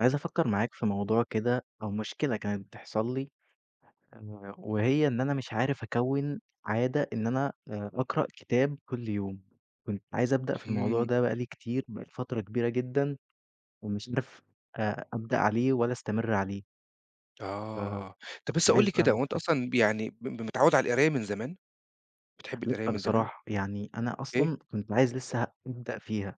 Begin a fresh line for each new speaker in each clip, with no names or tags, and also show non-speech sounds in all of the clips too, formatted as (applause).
عايز أفكّر معاك في موضوع كده أو مشكلة كانت بتحصل لي، وهي إن أنا مش عارف أكوّن عادة إن أنا أقرأ كتاب كل يوم. كنت عايز أبدأ في الموضوع
إمم،
ده بقى لي كتير، بقى لي فترة كبيرة جدًا ومش عارف أبدأ عليه ولا أستمر عليه،
آه. طب بس قُل
فعايز
لي
بقى
كده، هو أنت
نصايحك.
أصلًا ب يعني ب ب متعوّد على القراية من زمان؟ بتحب القراية
لأ
من زمان؟
بصراحة، يعني أنا
إيه؟
أصلًا كنت عايز لسه أبدأ فيها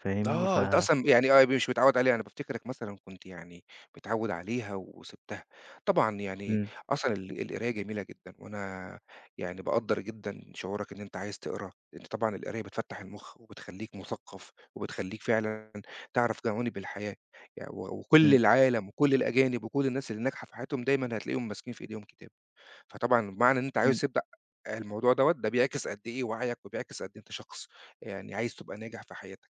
فاهمني؟
آه، أنت أصلًا مش متعوّد عليها، أنا بافتكرك مثلًا كنت يعني متعوّد عليها وسِبتها. طبعًا يعني
إمم،
أصلًا القراية جميلة جدًا، وأنا يعني باقدّر جدًا شعورك إن أنت عايز تقرا، لإن طبعًا القراية بتفتّح المُخ وبتخلّيك مثقّف، وبتخلّيك فعلًا تعرف جوانب الحياة، يع و وكل
إمم،
العالم وكل الأجانب وكل الناس اللي ناجحة في حياتهم دايمًا هتلاقيهم ماسكين في إيديهم كتاب. فطبعًا بمعنى إن أنت عاوز
في
تبدأ الموضوع دوّة، ده بيعكس قد إيه وعيك وبيعكس قد إيه أنت شخص يعني عايز تبقى ناجح في حياتك.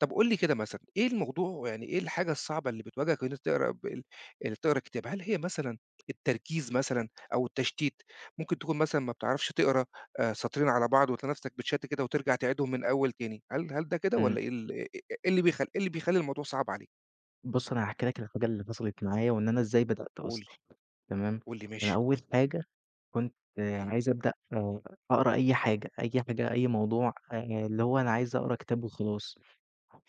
طب قُل لي كده مثلًا، إيه الموضوع يعني إيه الحاجة الصعبة اللي بتواجهك وأنت بتقرا ب ال اللي بتقرا كتاب؟ هل هي مثلًا التركيز مثلًا أو التشتيت؟ ممكن تكون مثلًا ما بتعرفش تقرا سطرين على بعض وتلاقي نفسك بتشتت كده وترجع تعيدهم من الأول تاني، هل ده كده
إمم.
والّا إيه اللي بيخلّي الموضوع صعب عليك؟
بُص أنا هاحكي لك الحاجة اللي حصلت معايا وإن أنا إزاي بدأت
قُل
أصلًا.
لي،
تمام،
قُل لي
أنا
ماشي.
أول حاجة كنت
إمم.
عايز أبدأ أقرا أي حاجة، أي حاجة، أي موضوع، اللي هو أنا عايز أقرا كتاب وخلاص،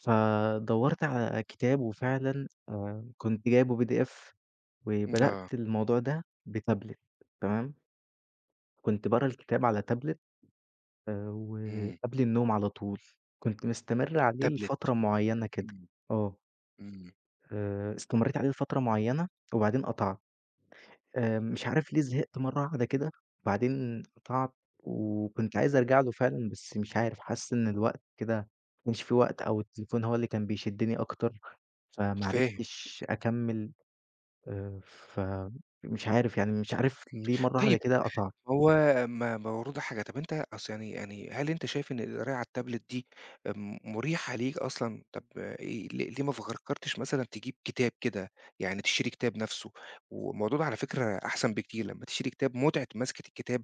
فدوّرت على كتاب وفعلًا كنت جايبه PDF وبدأت
آه.
الموضوع ده بتابلت. تمام، كنت باقرا الكتاب على تابلت
إمم.
وقبل النوم على طول، كنت مستمر عليه لفترة
تابلت.
معيّنة كده،
إمم.
آه،
إمم.
استمريت عليه لفترة معيّنة وبعدين قطعت. مش عارف ليه زهقت مرّة واحدة كده، وبعدين قطعت وكنت عايز أرجع له فعلًا، بس مش عارف حاسس إن الوقت كده ما كانش في وقت أو التليفون هو اللي كان بيشدّني أكتر، فما
فاهم.
عرفتش أكمّل. فمش عارف يعني مش عارف ليه مرّة واحدة
طيب،
كده قطعت.
هو ما موجودة حاجة، طب أنت أصل يعني يعني هل أنت شايف إن القراية على التابلت دي مريحة ليك أصلًا؟ طب إيه ل ليه ما فكرتش مثلًا تجيب كتاب كده، يعني تشتري كتاب نفسه؟ والموضوع ده على فكرة أحسن بكتير، لمّا تشتري كتاب متعة مَسكة الكتاب،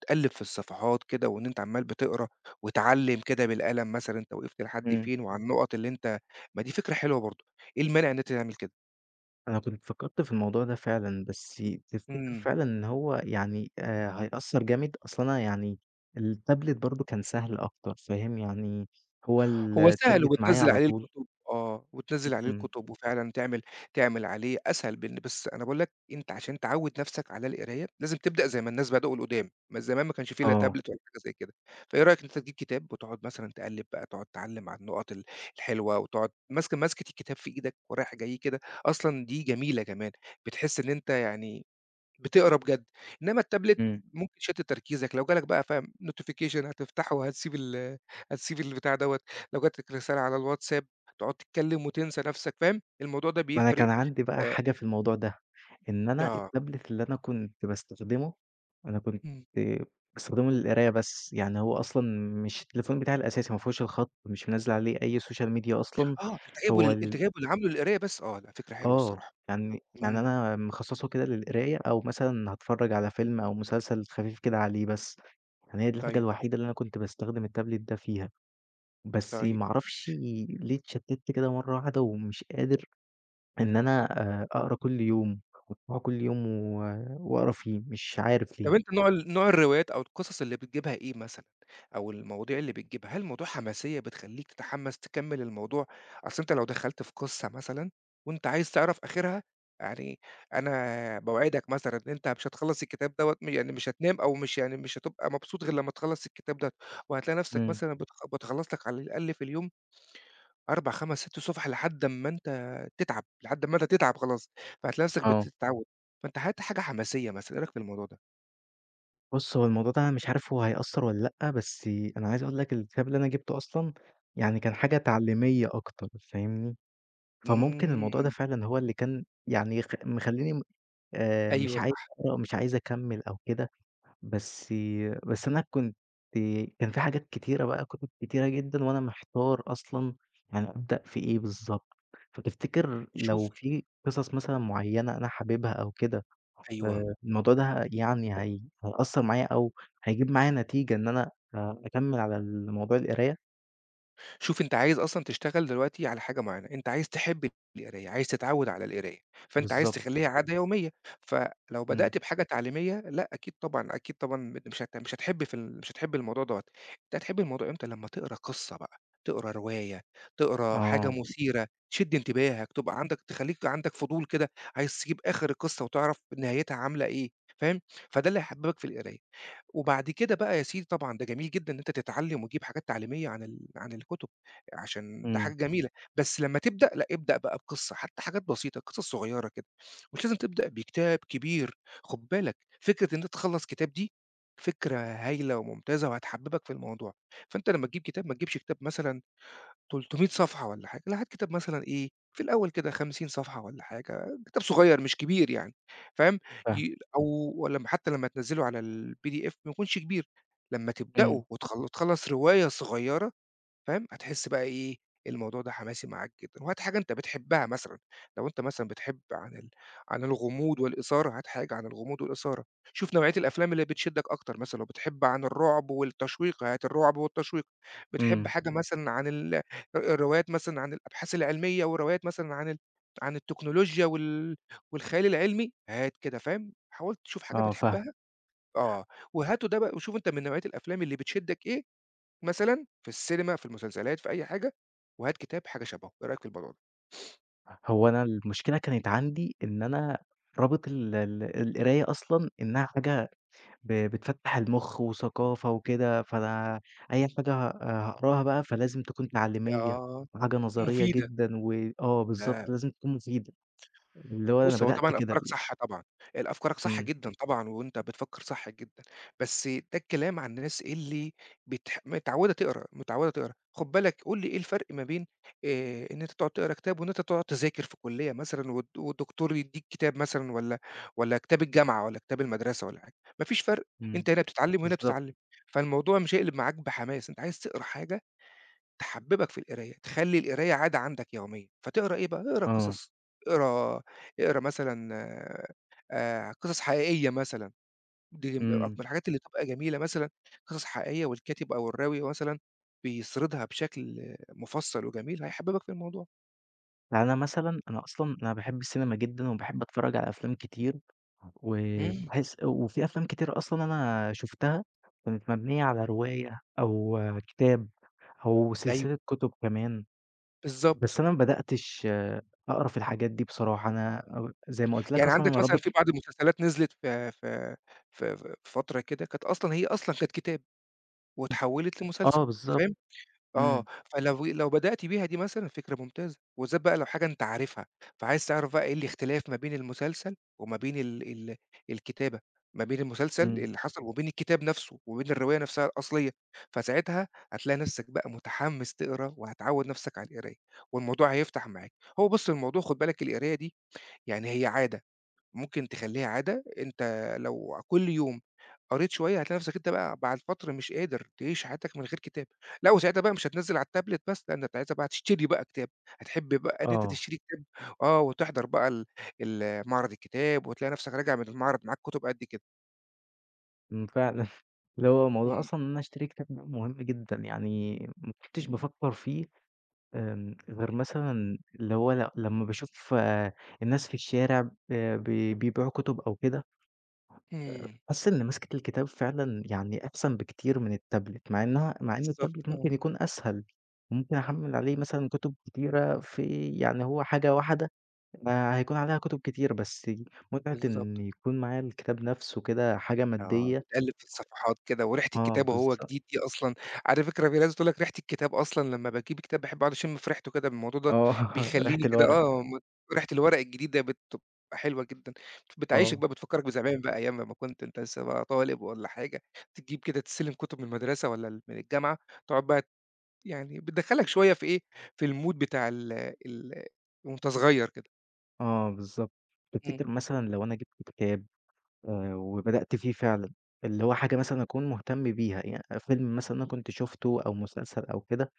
تقلِّب في الصفحات كده وإن أنت عمّال بتقرا وتعلِّم كده بالقلم مثلًا أنت وقفت لحد
إمم.
فين وعلى النُقط اللي أنت، ما دي فكرة حلوة برضه، إيه المانع إن أنت تعمل كده؟
أنا كنت فكّرت في الموضوع ده فعلًا، بس تفتكر
إمم.
فعلًا إن هو يعني هيأثّر جامد؟ أصل أنا يعني التابلت برضه كان سهل أكتر فاهم، يعني هو
هو سهل
التابلت معايا
وبتنزّل
على
عليه
طول.
الكُتب آه، وتنزّل عليه
إمم.
الكُتب وفعلًا تعمل عليه أسهل بإن، بس أنا باقول لك أنت عشان تعوّد نَفْسك على القراية، لازم تبدأ زي ما الناس بدأوا القُدام، ما زمان ما كانش في لا
آه،
تابلت ولا حاجة زي كده، فإيه رأيك إن أنت تجيب كتاب وتقعد مثلًا تقلِّب بقى، تقعد تعلِّم على النُقط ال الحلوة وتقعد ماسكة الكتاب في إيدك ورايح جاي كده، أصلًا دي جميلة كمان، بتحس إن أنت يعني بتقرا بجد، إنما التابلت
إمم.
ممكن يشتت تركيزك، لو جالك بقى فاهم notification هتفتحه وهتسيب ال هتسيب البتاع دوّة، لو جاتك رسالة على الواتساب تقعد تتكلم وتنسى نفسك فاهم، الموضوع ده
ما أنا
بيفرق.
كان عندي بقى
آآ
حاجة في الموضوع ده، إن أنا
آه،
التابلت اللي أنا كنت باستخدمه، أنا كنت
إمم،
باستخدمه للقراية بس، يعني هو أصلًا مش التليفون بتاعي الأساسي ما فيهوش الخط، مش منزّل عليه أي social media أصلًا،
آه أنت جايبه
هو
لل أنت
ال
جايبه ل عامله للقراية بس آه، لأ فكرة حلوة الصراحة،
يعني
إمم،
أنا مخصّصه كده للقراية أو مثلًا هاتفرّج على فيلم أو مسلسل خفيف كده عليه بس، يعني هي دي الحاجة
طيب،
الوحيدة اللي أنا كنت باستخدم التابلت ده فيها، بس
طيب.
ما أعرفش ليه اتشتِّت كده مرّة واحدة ومش قادر إن أنا أقرا كل يوم، وأقرا كل يوم وأقرا فيه، مش عارف
طب
ليه.
أنت نوع الروايات أو القصص اللي بتجيبها إيه مثلًا، أو المواضيع اللي بتجيبها، هل الموضوع حماسية بتخلّيك تتحمس تكمّل الموضوع؟ أصل أنت لو دخلت في قصة مثلًا وأنت عايز تعرف آخرها، يعني أنا باوعدك مثلًا إن أنت مش هتخلّص الكتاب دوّة م يعني مش هتنام أو مش هتبقى مبسوط غير لمّا تخلّص الكتاب ده، وهتلاقي نفسك
إمم،
مثلًا بتخلّص لك على الأقل في اليوم 4، 5، 6 صفح لحد أمّا أنت تتعب، لحد أمّا أنت تتعب خلاص، فهتلاقي نفسك
آه.
بتتعود، فأنت هات حاجة حماسية مثلًا، إيه رأيك في الموضوع ده؟
بُص، هو الموضوع ده أنا مش عارف هو هيأثّر والّا لأ، بس أنا عايز أقول لك الكتاب اللي أنا جِبته أصلًا يعني كان حاجة تعليمية أكتر، فاهمني؟ فممكن الموضوع ده
إمم،
فعلًا هو اللي كان يعني مخلّيني مش
أيوه
عايز
صح،
أقرا، مش عايز أكمّل أو كده. بس بس أنا كان في حاجات كتيرة بقى، كتب كتيرة جدًا وأنا محتار أصلًا يعني أبدأ في إيه بالضبط، فتفتكر لو
شوف،
في قصص مثلًا معيّنة أنا حاببها أو كده،
أيوه،
الموضوع ده يعني هيأثّر معايا أو هيجيب معايا نتيجة إن أنا أكمّل على الموضوع القراية؟
شوف أنت عايز أصلًا تشتغل دلوقتي على حاجة معيّنة، أنت عايز تحب القراية، عايز تتعوّد على القراية، فأنت عايز
بالضبط،
تخلّيها عادة يومية، فلو
إمم.
بدأت بحاجة تعليمية لأ، أكيد طبعًا، أكيد طبعًا مش هت مش هتحب في ال مش هتحب الموضوع دوّة، أنت هتحب الموضوع إمتى؟ لمّا تقرا قصة بقى، تقرا رواية، تقرا حاجة
آه،
مثيرة، تشد انتباهك، تبقى عندك تخلّيك عندك فضول كده، عايز تجيب آخر القصة وتعرف نهايتها عاملة إيه، فاهم؟ فده اللي هيحببك في القراية. وبعد كده بقى يا سيدي طبعًا ده جميل جدًا إن أنت تتعلّم وتجيب حاجات تعليمية عن الكُتب، عشان ده حاجة
إمم،
جميلة، بس لمّا تبدأ لأ، ابدأ بقى بقصة، حتى حاجات بسيطة، قصص صغيّرة كده، مش لازم تبدأ بكتاب كبير، خُد بالك فكرة إن أنت تخلّص كتاب دي فكرة هايلة وممتازة وهتحبّبك في الموضوع، فأنت لمّا تجيب كتاب ما تجيبش كتاب مثلًا 300 صفحة والّا حاجة، لا هات كتاب مثلًا إيه، في الأول كده 50 صفحة والّا حاجة، كتاب صغير مش كبير يعني، فاهم،
فاهمك،
ي أو لمّا حتى لمّا تنزّله على الPDF ما يكونش كبير، لمّا
إمم،
تبدأه تخلّص رواية صغيرة فاهم، هتحس بقى إيه، الموضوع ده حماسي معاك جدًا، وهات حاجة أنت بتحبها مثلًا، لو أنت مثلًا بتحب عن الغموض والإثارة، هات حاجة عن الغموض والإثارة، شوف نوعية الأفلام اللي بتشدك أكتر، مثلًا لو بتحب عن الرعب والتشويق، هات الرعب والتشويق، بتحب
إمم،
حاجة مثلًا عن ال ر روايات مثلًا عن الأبحاث العلمية وروايات مثلًا عن التكنولوجيا والخيال العلمي، هات كده فاهم، حاول تشوف حاجة
آه فاهمك.
بتحبها، آه، وهاته ده بقى وشوف أنت من نوعية الأفلام اللي بتشدك إيه مثلًا في السينما، في المسلسلات، في أي حاجة، وهات كتاب حاجة شبهه، إيه رأيك في الموضوع ده؟
هو أنا المشكلة كانت عندي إن أنا رابط ال ال القراية أصلًا إنها حاجة بتفتّح المُخ وثقافة وكده، فأنا أي حاجة هاقراها بقى فلازم تكون تعليمية،
آه،
وحاجة نظرية
مفيدة.
جدًا آه بالضبط،
لا.
لازم تكون مفيدة، اللي هو أنا
بُص، هو
بدأت
طبعًا
كده
أفكارك صح طبعًا، أفكارك صح
إمم،
جدًا طبعًا، وأنت بتفكّر صح جدًا، بس ده الكلام عن الناس اللي متعوّدة تقرا، متعوّدة تقرا، خُد بالك قُل لي إيه الفرق ما بين إن أنت تقعد تقرا كتاب وإن أنت تقعد تذاكر في كلية مثلًا والدكتور يدّيك كتاب مثلًا والّا كتاب الجامعة والّا كتاب المدرسة والّا حاجة، ما فيش فرق،
إمم،
أنت هنا بتتعلّم وهنا
بالضبط،
بتتعلّم، فالموضوع مش هيقلب معاك بحماس، أنت عايز تقرا حاجة تحببك في القراية، تخلّي القراية عادة عندك يومية، فتقرا إيه بقى، اقرا
آه،
قصص، اقرا اقرا مثلًا قصص حقيقية مثلًا، دي من
إمم.
الحاجات اللي بتبقى جميلة مثلًا قصص حقيقية والكاتب أو الراوي مثلًا بيسردها بشكل مفصّل وجميل، هيحببك في الموضوع.
يعني أنا مثلًا أنا أصلًا أنا باحب السينما جدًا وباحب أتفرّج على أفلام كتير،
إمم.
وباحس وفي أفلام كتير أصلًا أنا شُفتها كانت مبنية على رواية أو كتاب أو
أيوه،
سلسلة كُتب كمان.
بالضبط،
بس أنا ما بدأتش أقرا في الحاجات دي بصراحة، أنا زي ما قُلت لك
يعني
أصلًا
عندك
أنا
مثلًا
رابط.
في بعض المسلسلات نزلت في فترة كده، كانت أصلًا هي أصلًا كانت كتاب واتحوّلت
آه
لمسلسل،
بالضبط،
فاهم؟ آه،
إمم،
فلو بدأت بيها دي مثلًا فكرة ممتازة، وبالذات بقى لو حاجة أنت عارفها، فعايز تعرف بقى إيه الاختلاف ما بين المسلسل وما بين ال ال الكتابة، ما بين المسلسل
إمم،
اللي حصل وبين الكتاب نفسه، وبين الرواية نفسها الأصلية، فساعتها هتلاقي نفسك بقى متحمس تقرا وهتعوّد نفسك على القراية، والموضوع هيفتح معاك. هو بُص الموضوع خُد بالك القراية دي يعني هي عادة. ممكن تخلّيها عادة، أنت لو كل يوم قريت شوية هتلاقي نفْسك أنت بقى بعد فترة مش قادر تعيش حياتك من غير كتاب، لأ وساعتها بقى مش هتنزّل على التابلت بس، لأ ده أنت ساعتها بقى هتشتري بقى كتاب، هتحب بقى إن أنت
آه،
تشتري كتاب آه، وتحضر بقى ال ال معرض الكتاب وتلاقي نفْسك راجع من المعرض معاك كتب قد كده.
إمم، فعلًا. (laughs) اللي هو موضوع
إمم،
أصلًا إن أنا أشتري كتاب ده مهم جدًا، يعني ما كنتش
إمم،
بافكّر فيه. غير مثلًا اللي هو لمّا باشوف الناس في الشارع ب بي بيبيعوا كُتب أو كده
إمم،
باحس إن مَسكة الكتاب فعلًا يعني أحسن بكتير من التابلت، مع إن
بالضبط
التابلت
آه،
ممكن يكون أسهل، وممكن أحمّل عليه مثلًا كُتب كتيرة يعني هو حاجة واحدة هيكون عليها كُتب كتير، بس متعة إن
بالضبط.
يكون معايا الكتاب نَفْسه كده حاجة
آه،
مادية.
بتقلِّب في الصفحات كده وريحة
آه
الكتاب وهو
بالضبط،
جديد دي أصلًا على فكرة في ناس بتقول لك ريحة الكتاب أصلًا لمّا باجيب كتاب باحب أقعد أشم في ريحته كده، الموضوع ده
آه (laughs) ريحة
بيخلّيني كده
الورق.
آه، ريحة الورق الجديد ده بتبقى حلوة جدًا، بتعيّشك
آه،
بقى بتفكّرك بزمان بقى أيام لمّا كنت أنت لسه بقى طالب والّا حاجة، تجيب كده تستلم كُتب من المدرسة والّا ال من الجامعة، تقعد بقى يعني بتدخّلك شوية في إيه، في الmood بتاع ال ال وأنت صغير كده.
آه بالضبط.
إمم،
تفتكر مثلًا لو أنا جِبت كتاب وبدأت فيه فعلًا، اللي هو حاجة مثلًا أكون مهتم بيها، فيلم مثلًا أنا كنت شُفته أو مسلسل أو كده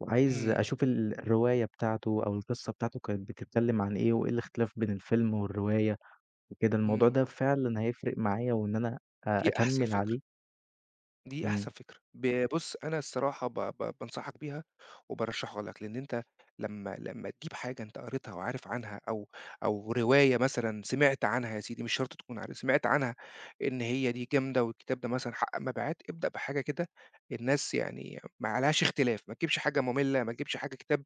وعايز
إمم،
أشوف الرواية بتاعته أو القصة بتاعته كانت بتتكلم عن إيه، وإيه الاختلاف بين الفيلم والرواية وكده، الموضوع
إمم،
ده فعلًا هيفرق معايا وإن أنا
دي أحسن
أكمّل
فكرة.
عليه.
دي
إمم،
أحسن فكرة. بُص، أنا الصراحة ب ب بانصحك بيها وبارشّحها لك، لإن أنت لمّا تجيب حاجة أنت قريتها وعارف عنها أو رواية مثلًا سمعت عنها يا سيدي، مش شرط تكون عارف، سمعت عنها إن هي دي جامدة والكتاب ده مثلًا حقق مبيعات، ابدأ بحاجة كده الناس يعني ما عليهاش اختلاف، ما تجيبش حاجة مُمِلّة، ما تجيبش حاجة كتاب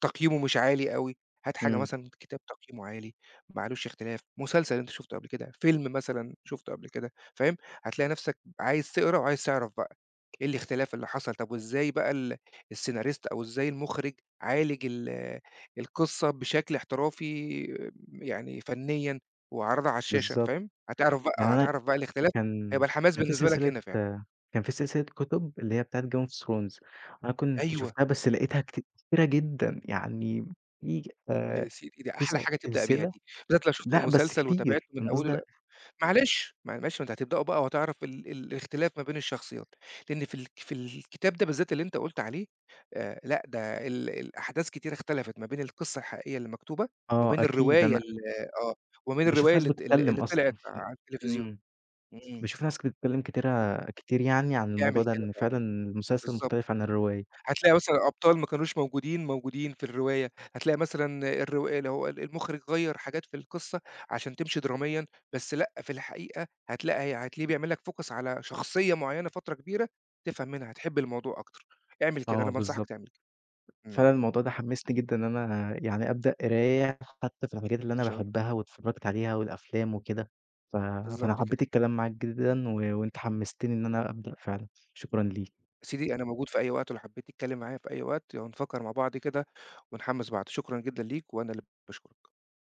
تقييمه مش عالي أوي، هات حاجة
إمم،
مثلًا كتاب تقييمه عالي، ما عليهوش اختلاف، مسلسل أنت شُفته قبل كده، فيلم مثلًا شُفته قبل كده، فاهم؟ هتلاقي نفسك عايز تقرا وعايز تعرف بقى إيه الاختلاف اللي حصل، طب وإزاي بقى السيناريست أو إزاي المُخرِج عالج القصة بشكل احترافي يعني فنيًا وعرضها على الشاشة
بالضبط.
فاهم،
يعني أنا
هتعرف بقى الاختلاف،
كان
هيبقى الحماس
كان في
بالنسبة لك
سلسلة
هنا فعلًا.
آه، كان في سلسلة كُتب اللي هي بتاعة Game of Thrones. أنا كنت
أيوه،
شُفتها بس لقيتها كتيرة جدًا، يعني في آآ،
يا سيدي، دي أحلى
9
حاجة تبدأ بيها
سلسلة.
دي، بالذات لو شُفت
لأ، بس
المسلسل وتابعته
كتير،
من
أنا قصدي.
أوله، معلش، ما معلش ما أنت هتبدأوا بقى وهتعرف ال ال الاختلاف ما بين الشخصيات، لإن في الكتاب ده بالذات اللي أنت قُلت عليه لأ ده الأحداث كتيرة اختلفت ما بين القصة الحقيقية اللي مكتوبة وما
آه،
بين
أكيد
الرواية
أنا
ال آه، وما بين
باشوف
الرواية
ناس
اللي
بتتكلم
اللي
أصلًا.
طلعت على التلفزيون،
إمم.
إمم،
باشوف ناس بتتكلم كتير يعني عن الموضوع
اعمل
ده،
كده
إن
فعلًا،
فعلًا المسلسل
بالضبط.
مختلف عن الرواية.
هتلاقي مثلًا أبطال ما كانوش موجودين، موجودين في الرواية، هتلاقي مثلًا الرو اللي هو ال المخرج غيّر حاجات في القصة عشان تمشي دراميًا، بس لأ، في الحقيقة هتلاقيه بيعمل لك focus على شخصية معيّنة فترة كبيرة، تفهم منها، تحب الموضوع أكتر. اعمل كده،
آه
أنا بانصحك
بالضبط.
تعمل كده.
فعلًا
إمم.
الموضوع ده حمّسني جدًا إن أنا يعني أبدأ قراية حتى في الحاجات اللي
إن
أنا
شاء الله.
باحبها واتفرّجت عليها والأفلام وكده، ف فأنا
بالضبط كده.
حبّيت الكلام معاك جدًا وأنت حمّستني إن أنا أبدأ فعلًا. شكرًا ليك.
يا سيدي أنا موجود في أي وقت، ولو حبيت تتكلم معايا في أي وقت، ونفكّر مع بعض كده ونحمّس بعض. شكرًا جدًا ليك، وأنا اللي باشكرك.